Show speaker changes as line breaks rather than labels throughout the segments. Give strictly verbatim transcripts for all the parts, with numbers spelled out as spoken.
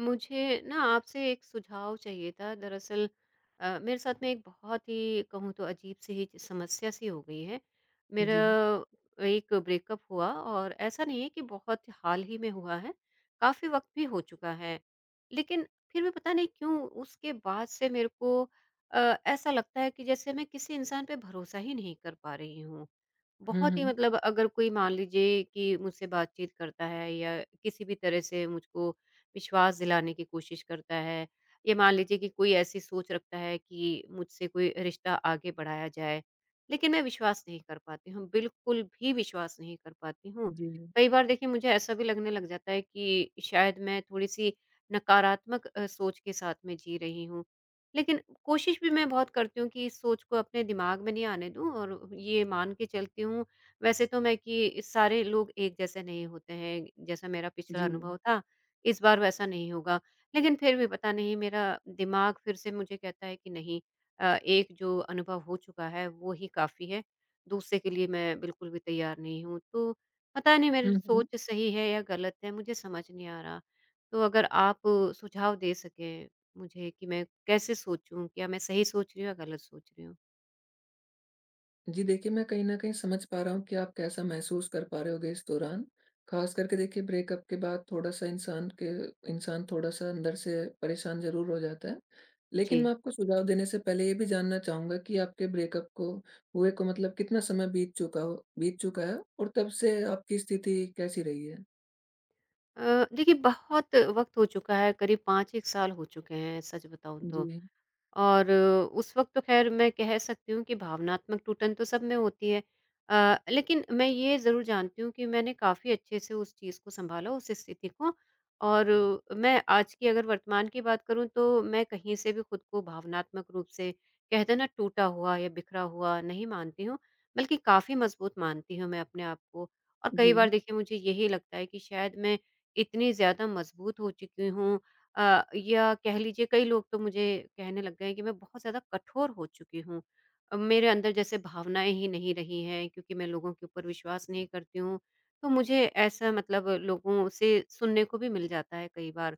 मुझे ना आपसे एक सुझाव चाहिए था। दरअसल अ, मेरे साथ में एक बहुत ही कहूँ तो अजीब सी ही समस्या सी हो गई है। मेरा
जी।
एक ब्रेकअप हुआ, और ऐसा नहीं है कि बहुत हाल ही में हुआ है, काफ़ी वक़्त भी हो चुका है। लेकिन फिर भी पता नहीं क्यों उसके बाद से मेरे को अ, ऐसा लगता है कि जैसे मैं किसी इंसान पे भरोसा ही नहीं कर पा रही हूँ।
हुँ,
बहुत ही
हुँ।
मतलब अगर कोई मान लीजिए कि मुझसे बातचीत करता है, या किसी भी तरह से मुझको विश्वास दिलाने की कोशिश करता है, या मान लीजिए कि कोई ऐसी सोच रखता है कि मुझसे कोई रिश्ता आगे बढ़ाया जाए, लेकिन मैं विश्वास नहीं कर पाती हूँ, बिल्कुल भी विश्वास नहीं कर पाती हूँ।
जी,
कई बार देखिए मुझे ऐसा भी लगने लग जाता है कि शायद मैं थोड़ी सी नकारात्मक अ, सोच के साथ में जी रही हूँ। लेकिन कोशिश भी मैं बहुत करती हूँ कि इस सोच को अपने दिमाग में नहीं आने दूं, और ये मान के चलती हूँ वैसे तो मैं कि सारे लोग एक जैसे नहीं होते हैं, जैसा मेरा पिछला
जी।
अनुभव था इस बार वैसा नहीं होगा। लेकिन फिर भी पता नहीं मेरा दिमाग फिर से मुझे कहता है कि नहीं, अ, एक जो अनुभव हो चुका है वो ही काफ़ी है, दूसरे के लिए मैं बिल्कुल भी तैयार नहीं हूँ। तो पता नहीं मेरी
हुँ, हुँ।
सोच सही है या गलत है, मुझे समझ नहीं आ रहा। तो अगर आप सुझाव दे सकें मुझे, कि मैं कैसे सोचूँ? क्या मैं सही सोच रही हूँ या गलत सोच रही हूँ?
जी, देखिए मैं कहीं न कहीं समझ पा रहा हूँ कि आप कैसा महसूस कर पा रहे होगे इस दौरान। ख़ास करके देखिए ब्रेकअप के बाद थोड़ा-सा इंसान के इंसान थोड़ा-सा अंदर से परेशान ज़रूर हो जाता है। लेकिन
जी।
मैं आपको सुझाव देने से पहले ये भी जानना चाहूँगा कि आपके ब्रेकअप को हुए को मतलब कितना समय बीत चुका हो बीत चुका है और तब से आपकी स्थिति कैसी रही है?
अ, देखिए बहुत वक़्त हो चुका है, करीब पाँच एक साल हो चुके हैं, सच बताऊँ तो।
जी,
और अ, उस वक़्त तो ख़ैर मैं कह सकती हूँ कि भावनात्मक टूटन तो सब में होती है। अ, लेकिन मैं ये ज़रूर जानती हूँ कि मैंने काफ़ी अच्छे से उस चीज़ को सँभाला, उस स्थिति को। और अ, मैं आज की अगर वर्तमान की बात करूँ, तो मैं कहीं से भी खुद को भावनात्मक रूप से, कहते हैं ना, टूटा हुआ या बिखरा हुआ नहीं मानती हूँ, बल्कि काफ़ी मज़बूत मानती हूँ मैं अपने आप को। और कई
जी।
बार देखिए मुझे यही लगता है कि शायद मैं इतनी ज़्यादा मज़बूत हो चुकी हूँ, अ, या कह लीजिए कई लोग तो मुझे कहने लग गए हैं कि मैं बहुत ज़्यादा कठोर हो चुकी हूँ। अ, मेरे अंदर जैसे भावनाएँ ही नहीं रही हैं, क्योंकि मैं लोगों के ऊपर विश्वास नहीं करती हूँ। तो मुझे ऐसा, मतलब, लोगों से सुनने को भी मिल जाता है कई बार।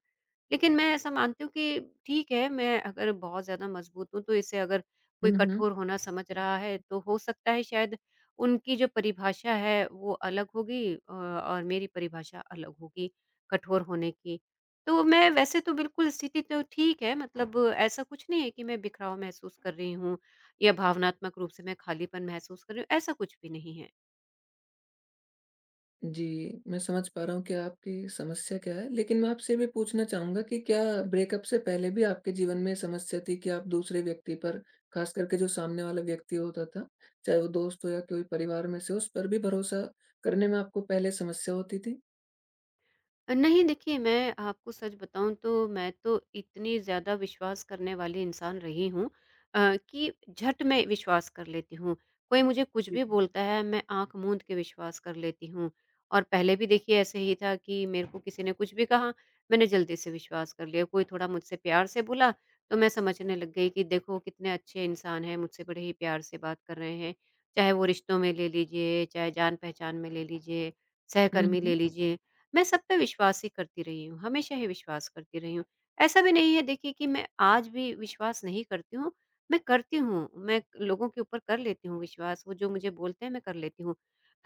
लेकिन मैं ऐसा मानती हूँ कि ठीक है, मैं अगर बहुत ज़्यादा मजबूत हूँ, तो इससे अगर कोई
हुँ, हुँ।
कठोर होना समझ रहा है, तो हो सकता है शायद उनकी जो परिभाषा है वो अलग होगी, अ, और मेरी परिभाषा अलग होगी कठोर होने की। तो मैं वैसे तो बिल्कुल स्थिति तो ठीक है, मतलब ऐसा कुछ नहीं है कि मैं बिखराव महसूस कर रही हूँ, या भावनात्मक रूप से मैं खालीपन महसूस कर रही हूँ, ऐसा कुछ भी नहीं है।
जी, मैं समझ पा रहा हूँ कि आपकी समस्या क्या है, लेकिन मैं आपसे ये भी पूछना चाहूँगा कि क्या ब्रेकअप से पहले भी आपके जीवन में समस्या थी कि आप दूसरे व्यक्ति पर, खास करके जो सामने वाला व्यक्ति होता था, चाहे वो दोस्त हो या कोई परिवार में से, उस पर भी भरोसा करने में आपको पहले समस्या होती थी?
नहीं देखिए मैं, आपको सच बताऊं तो मैं तो इतनी ज़्यादा विश्वास करने वाली इंसान रही हूँ अ, कि झट में विश्वास कर लेती हूँ, कोई मुझे कुछ
जी।
भी बोलता है मैं आंख मूंद के विश्वास कर लेती हूँ। और पहले भी देखिए ऐसे ही था कि मेरे को किसी ने कुछ भी कहा, मैंने जल्दी से विश्वास कर लिया, कोई थोड़ा मुझसे प्यार से बोला तो मैं समझने लग गई कि देखो कितने अच्छे इंसान हैं, मुझसे बड़े ही प्यार से बात कर रहे हैं, चाहे वो रिश्तों में ले लीजिए, चाहे जान पहचान में ले लीजिए,
हुँ,
सहकर्मी ले
हुँ।
लीजिए। मैं सब पे विश्वास ही करती रही हूँ, हमेशा ही विश्वास करती रही हूँ। ऐसा भी नहीं है देखिए कि मैं आज भी विश्वास नहीं करती हूँ, मैं करती हूँ, मैं लोगों के ऊपर कर लेती हूँ विश्वास, वो जो मुझे बोलते हैं मैं कर लेती हूँ।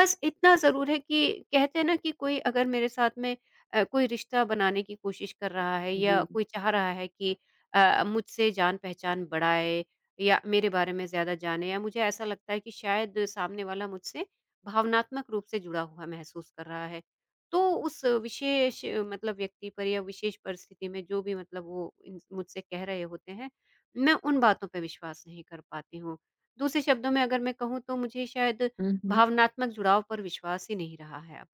बस इतना ज़रूर है कि कहते हैं ना, कि कोई अगर मेरे साथ में अ, कोई रिश्ता बनाने की कोशिश कर रहा है, या
जी।
कोई चाह रहा है कि अ, मुझसे जान-पहचान बढ़ाए, या मेरे बारे में ज़्यादा जाने, या मुझे ऐसा लगता है कि शायद सामने वाला मुझसे भावनात्मक रूप से जुड़ा हुआ महसूस कर रहा है, तो उस विशेष अ, मतलब व्यक्ति पर, या विशेष परिस्थिति में जो भी मतलब वो इन मुझसे कह रहे होते हैं, मैं उन बातों पे विश्वास नहीं कर पाती हूँ। दूसरे शब्दों में अगर मैं कहूँ तो मुझे शायद
हुँ, हुँ।
भावनात्मक जुड़ाव पर विश्वास ही नहीं रहा है अब।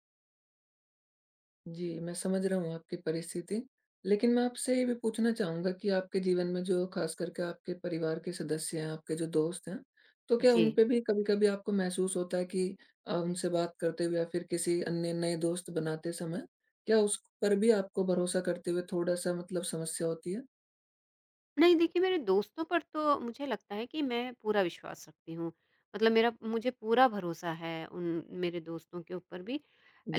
जी, मैं समझ रहा हूँ आपकी परिस्थिति। लेकिन मैं आपसे ये भी पूछना चाहूँगा कि आपके जीवन में जो ख़ास करके आपके परिवार के सदस्य हैं, आपके जो दोस्त हैं, तो क्या
जी।
उन पे भी कभी-कभी आपको महसूस होता है कि अ, उनसे बात करते हुए या फिर किसी अन्य नए दोस्त बनाते समय, क्या उस पर भी आपको भरोसा करते हुए थोड़ा-सा मतलब समस्या होती है?
नहीं देखिए मेरे दोस्तों पर तो मुझे लगता है कि मैं पूरा विश्वास रखती हूँ। मतलब मेरा, मुझे पूरा भरोसा है उन मेरे दोस्तों के ऊपर भी।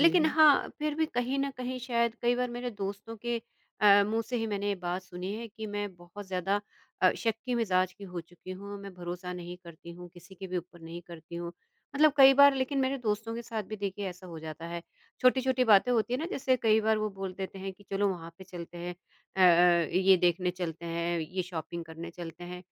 जी।
हाँ, फिर भी कहीं न कहीं शायद कई बार मेरे दोस्तों के अ, मुँह से ही मैंने ये बात सुनी है कि मैं बहुत ज़्यादा अ, शक्की मिज़ाज की हो चुकी हूँ, मैं भरोसा नहीं करती हूँ, किसी के भी ऊपर नहीं करती हूँ। मतलब कई बार, लेकिन मेरे दोस्तों के साथ भी देखिए ऐसा हो जाता है, छोटी-छोटी बातें होती है ना, जैसे कई बार वो बोल देते हैं कि चलो वहाँ पे चलते हैं, अ अ, ये देखने चलते हैं, ये शॉपिंग करने चलते हैं।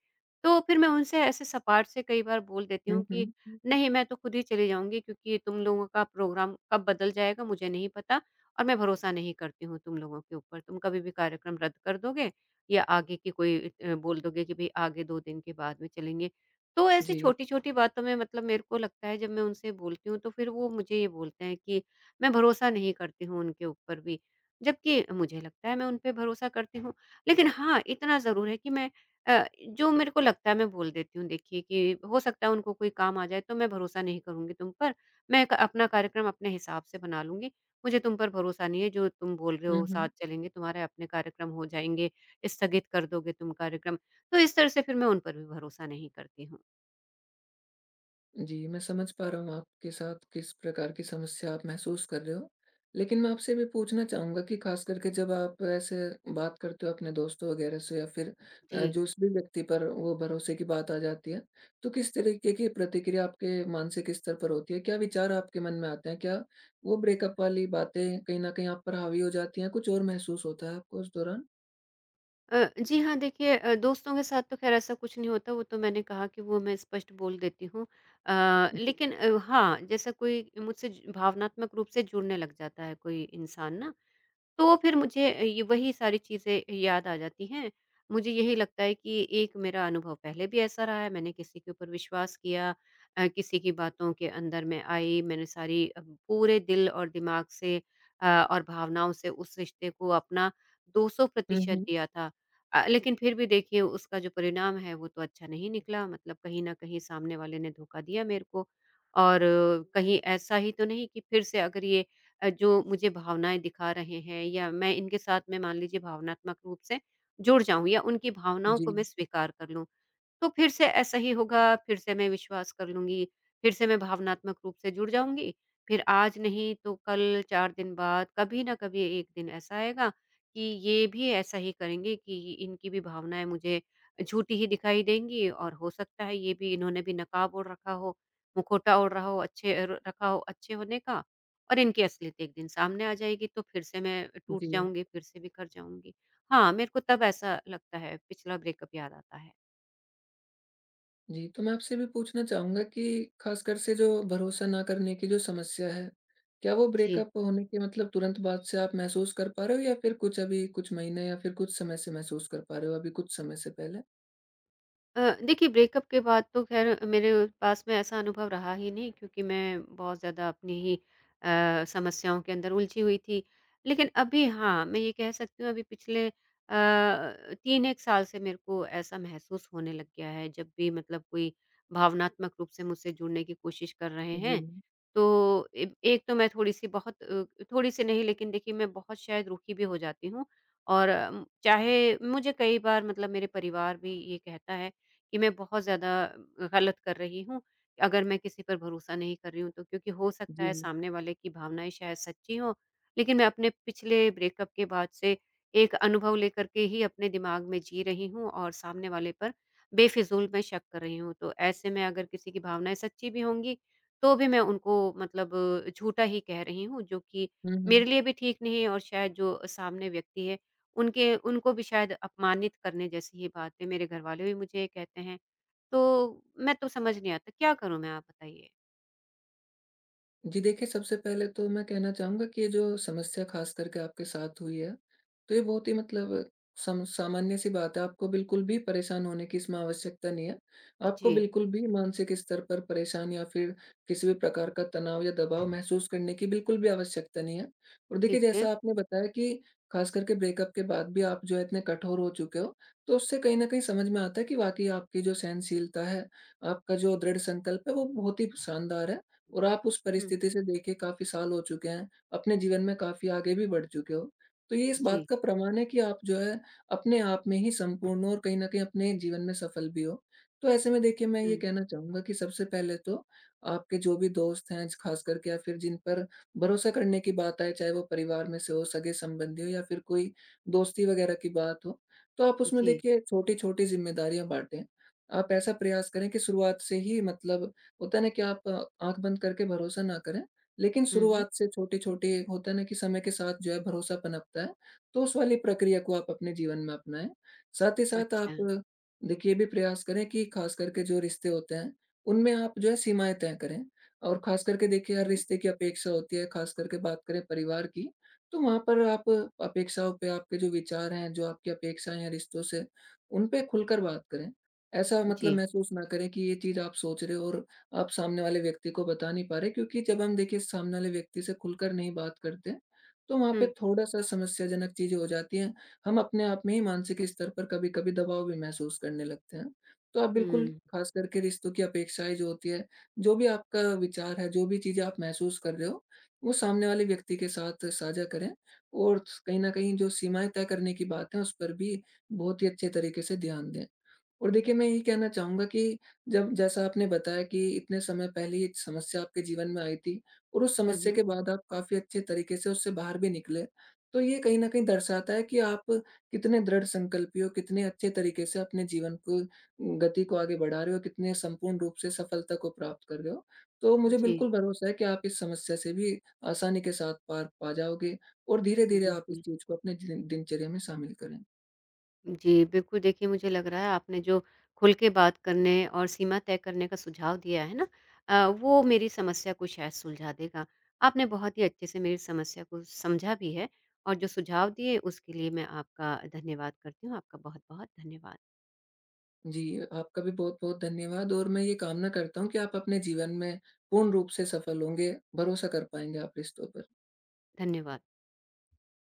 तो फिर मैं उनसे ऐसे सपाट से कई बार बोल देती
हुँ,
हूँ कि
हुँ।
नहीं, मैं तो खुद ही चली जाऊँगी, क्योंकि तुम लोगों का प्रोग्राम कब बदल जाएगा मुझे नहीं पता, और मैं भरोसा नहीं करती हूँ तुम लोगों के ऊपर। तुम कभी भी कार्यक्रम रद्द कर दोगे, या आगे की कोई अ, बोल दोगे कि भई आगे दो दिन के बाद में चलेंगे। तो ऐसी
जी।
छोटी-छोटी बातों में, मतलब मेरे को लगता है, जब मैं उनसे बोलती हूँ तो फिर वो मुझे ये बोलते हैं कि मैं भरोसा नहीं करती हूँ उनके ऊपर भी। जबकि मुझे लगता है मैं उन पे भरोसा करती हूँ। लेकिन हाँ, इतना ज़रूर है कि मैं अ, जो मेरे को लगता है मैं बोल देती हूँ, देखिए कि हो सकता है उनको कोई काम आ जाए, तो मैं भरोसा नहीं करूँगी तुम पर, मैं क अपना कार्यक्रम अपने हिसाब से बना लूँगी, मुझे तुम पर भरोसा नहीं है, जो तुम बोल रहे
हुँ,
हो साथ
हुँ।
चलेंगे, तुम्हारे अपने कार्यक्रम हो जाएँगे, स्थगित कर दोगे तुम कार्यक्रम। तो इस तरह से फिर मैं उन पर भी भरोसा नहीं करती हूँ।
जी, मैं समझ पा रहा हूँ आपके साथ किस प्रकार की समस्या आप महसूस कर रहे हो। लेकिन मैं आपसे भी पूछना चाहूँगा कि ख़ास करके जब आप ऐसे बात करते हो अपने दोस्तों वग़ैरह से या फिर अ,
जी।
जो उस भी व्यक्ति पर वो भरोसे की बात आ जाती है, तो किस तरीके की प्रतिक्रिया आपके मानसिक स्तर पर होती है? क्या विचार आपके मन में आते हैं? क्या वो ब्रेकअप वाली बातें कहीं न कहीं आप पर हावी हो जाती हैं? कुछ और महसूस होता है आपको उस दौरान?
अ, जी हाँ, देखिए अ, दोस्तों के साथ तो ख़ैर ऐसा कुछ नहीं होता, वो तो मैंने कहा कि वो मैं स्पष्ट बोल देती हूँ। अ,
जी।
लेकिन अ, हाँ, जैसा कोई मुझसे ज भावनात्मक रूप से जुड़ने लग जाता है कोई इंसान ना, तो फिर मुझे अ, ये वही सारी चीज़ें याद आ जाती हैं। मुझे यही लगता है कि एक मेरा अनुभव पहले भी ऐसा रहा है, मैंने किसी के ऊपर विश्वास किया, अ, किसी की बातों के अंदर मैं आई, मैंने सारी अ, पूरे दिल और दिमाग से, अ, और भावनाओं से उस रिश्ते को अपना
हुँ,
दो सौ प्रतिशत
हुँ।
दिया था। अ, लेकिन फिर भी देखिए उसका जो परिणाम है वो तो अच्छा नहीं निकला, मतलब कहीं न कहीं सामने वाले ने धोखा दिया मेरे को। और अ, कहीं ऐसा ही तो नहीं कि फिर से अगर ये अ, जो मुझे भावनाएँ दिखा रहे हैं, या मैं इनके साथ में मान लीजिए भावनात्मक रूप से जुड़ जाऊँ, या उनकी भावनाओं
जी,
को मैं स्वीकार कर लूँ। तो फिर से ऐसा ही होगा, फिर से मैं विश्वास कर लूँगी, फिर से मैं भावनात्मक रूप से जुड़ जाऊँगी, फिर आज नहीं तो कल चार दिन बाद, कभी न कभी एक दिन ऐसा आएगा कि ये भी ऐसा ही करेंगे, कि इनकी भी भावनाएँ मुझे झूठी ही दिखाई देंगी, और हो सकता है ये भी, इन्होंने भी नकाब ओढ़ रखा हो, मुखौटा ओढ़ रहा हो अच्छे, अ, र रखा हो अच्छे होने का, और इनकी असलियत एक दिन सामने आ जाएगी, तो फिर से मैं टूट
जी।
जाऊँगी, फिर से बिखर जाऊँगी। हाँ, मेरे को तब ऐसा लगता है, पिछला ब्रेकअप याद आता है।
जी, तो मैं आपसे भी पूछना चाहूँगा कि ख़ासकर से जो भरोसा ना करने की जो समस्या है, क्या वो
जी।
ब्रेकअप होने के मतलब तुरंत बाद से आप महसूस कर पा रहे हो या फिर कुछ अभी कुछ महीने या फिर कुछ समय से महसूस कर पा रहे हो, अभी कुछ समय से पहले?
अ, देखिए ब्रेकअप के बाद तो ख़ैर मेरे पास में ऐसा अनुभव रहा ही नहीं, क्योंकि मैं बहुत ज़्यादा अपनी ही अ, समस्याओं के अंदर उलझी हुई थी। लेकिन अभी हाँ, मैं ये कह सकती हूँ, अभी पिछले अ, तीन एक साल से मेरे को ऐसा महसूस होने लग गया है, जब भी मतलब कोई भावनात्मक रूप से मुझसे जुड़ने की कोशिश कर रहे
जी,
हैं, तो ए एक तो मैं थोड़ी-सी बहुत, अ, थोड़ी-सी नहीं, लेकिन देखिए मैं बहुत शायद रुखी भी हो जाती हूँ। और अम, चाहे मुझे कई बार, मतलब मेरे परिवार भी ये कहता है कि मैं बहुत ज़्यादा गलत कर रही हूँ। अगर मैं किसी पर भरोसा नहीं कर रही हूँ तो, क्योंकि हो सकता
जी।
है सामने वाले की भावनाएँ शायद सच्ची हों, लेकिन मैं अपने पिछले ब्रेकअप के बाद से एक अनुभव लेकर के ही अपने दिमाग में जी रही हूँ, और सामने वाले पर बेफिज़ूल मैं शक कर रही हूँ। तो ऐसे में अगर किसी की भावनाएँ सच्ची भी होंगी, तो भी मैं उनको मतलब झूठा ही कह रही हूँ, जो कि
हुँ,
मेरे
हुँ।
लिए भी ठीक नहीं है, और शायद जो सामने व्यक्ति है, उनके उनको भी शायद अपमानित करने जैसी ही बात है, मेरे घरवाले भी मुझे ये कहते हैं, तो मैं तो समझ नहीं आता क्या करूँ मैं, आप बताइए?
जी, देखिए, सबसे पहले तो मैं कहना चाहूँगा कि ये जो समस्या ख़ास करके आपके साथ हुई है, तो ये बहुत ही मतलब सम सामान्य-सी बात है। आपको बिल्कुल भी परेशान होने की इसमें आवश्यकता नहीं है। आपको
जी,
बिल्कुल भी मानसिक स्तर पर परेशान या फिर किसी भी प्रकार का तनाव या दबाव महसूस करने की बिल्कुल भी आवश्यकता नहीं है। और देखिए,
ठीक है।
जैसा आपने बताया कि ख़ास करके ब्रेकअप के बाद भी आप जो है इतने कठोर हो चुके हो, तो उससे कहीं न कहीं समझ में आता है कि वाक़ई आपकी जो सहनशीलता है, आपका जो दृढ़ संकल्प है, वो बहुत ही शानदार है। और आप उस
हुँ,
परिस्थिति से देखिए काफ़ी साल हो चुके हैं, अपने जीवन में काफ़ी आगे भी बढ़ चुके हो। तो ये इस बात
जी,
का प्रमाण है कि आप जो है, अपने आप में ही संपूर्ण हो और कहीं न कहीं अपने जीवन में सफल भी हो। तो ऐसे में देखिए मैं ये
हुँ,
कहना चाहूँगा कि सबसे पहले तो आपके जो भी दोस्त हैं, ख़ास करके या फिर जिन पर भरोसा करने की बात आए, चाहे वो परिवार में से हो, सगे-संबंधी हो या फिर कोई दोस्ती वग़ैरह की बात हो, तो आप उसमें
जी,
देखिए छोटी-छोटी ज़िम्मेदारियाँ बाँटें। आप ऐसा प्रयास करें कि शुरुआत से ही मतलब होता है ना कि आप आँख बंद करके भरोसा ना करें, लेकिन
हुँ, हुँ,
शुरुआत से छोटी-छोटी होता है ना कि समय के साथ जो है भरोसा पनपता है, तो उस वाली प्रक्रिया को आप अपने जीवन में अपनाएँ। साथ ही साथ
अच्छा,
आप देखिए ये भी प्रयास करें कि ख़ास करके जो रिश्ते होते हैं, उनमें आप जो है सीमाएँ तय करें और ख़ास करके देखिए हर
हुँ,
रिश्ते की अपेक्षा होती है, ख़ास करके बात करें परिवार की, तो वहाँ पर आप अपेक्षाओं पे आपके जो विचार हैं, जो आपकी अपेक्षाएँ हैं रिश्तों से, उन पे खुलकर बात करें। ऐसा मतलब
जी,
महसूस ना करें कि ये चीज़ आप सोच रहे हो और आप सामने वाले व्यक्ति को बता नहीं पा रहे क्योंकि जब हम देखिए सामने वाले व्यक्ति से खुलकर नहीं बात करते तो वहाँ पे
हुँ,
थोड़ा-सा समस्याजनक चीज़ें हो जाती हैं। हम अपने आप में ही मानसिक स्तर पर कभी-कभी दबाव भी महसूस करने लगते हैं। तो आप बिल्कुल
हुँ,
ख़ास करके रिश्तों की अपेक्षाएँ जो होती है, जो भी आपका विचार है, जो भी चीज़ें आप महसूस कर रहे हो, वो सामने वाले व्यक्ति के साथ साझा करें और कहीं न कहीं जो सीमाएँ तय करने की बात है, उस पर भी बहुत ही अच्छे तरीके से ध्यान दें। और देखिए, मैं यही कहना चाहूँगा कि जब जैसा आपने बताया कि इतने समय पहले ये समस्या आपके जीवन में आई थी और उस
हुँ,
समस्या
हुँ,
के बाद आप काफ़ी अच्छे तरीके से उससे बाहर भी निकले। तो ये कहीं न कहीं दर्शाता है कि आप कितने दृढ़ संकल्पी हो, कितने अच्छे तरीके से अपने जीवन को गति को आगे बढ़ा रहे हो, कितने संपूर्ण रूप से सफलता को प्राप्त कर रहे हो। तो मुझे
जी,
बिल्कुल भरोसा है कि आप इस समस्या से भी आसानी के साथ पार पा जाओगे और धीरे-धीरे आप इस
बिल्कुल।
चीज़ को अपने दिन दिनचर्या में शामिल करें।
जी, बिल्कुल, देखिए मुझे लग रहा है आपने जो खुल के बात करने और सीमा तय करने का सुझाव दिया है ना, अ, वो मेरी समस्या को शायद सुलझा देगा। आपने बहुत ही अच्छे से मेरी समस्या को समझा भी है, और जो सुझाव दिए उसके लिए मैं आपका धन्यवाद करती हूँ। आपका बहुत-बहुत धन्यवाद।
जी, आपका भी बहुत-बहुत धन्यवाद और मैं ये कामना करता हूँ कि आप अपने जीवन में पूर्ण रूप से सफल होंगे, भरोसा कर पाएँगे आप रिश्तों पर।
धन्यवाद।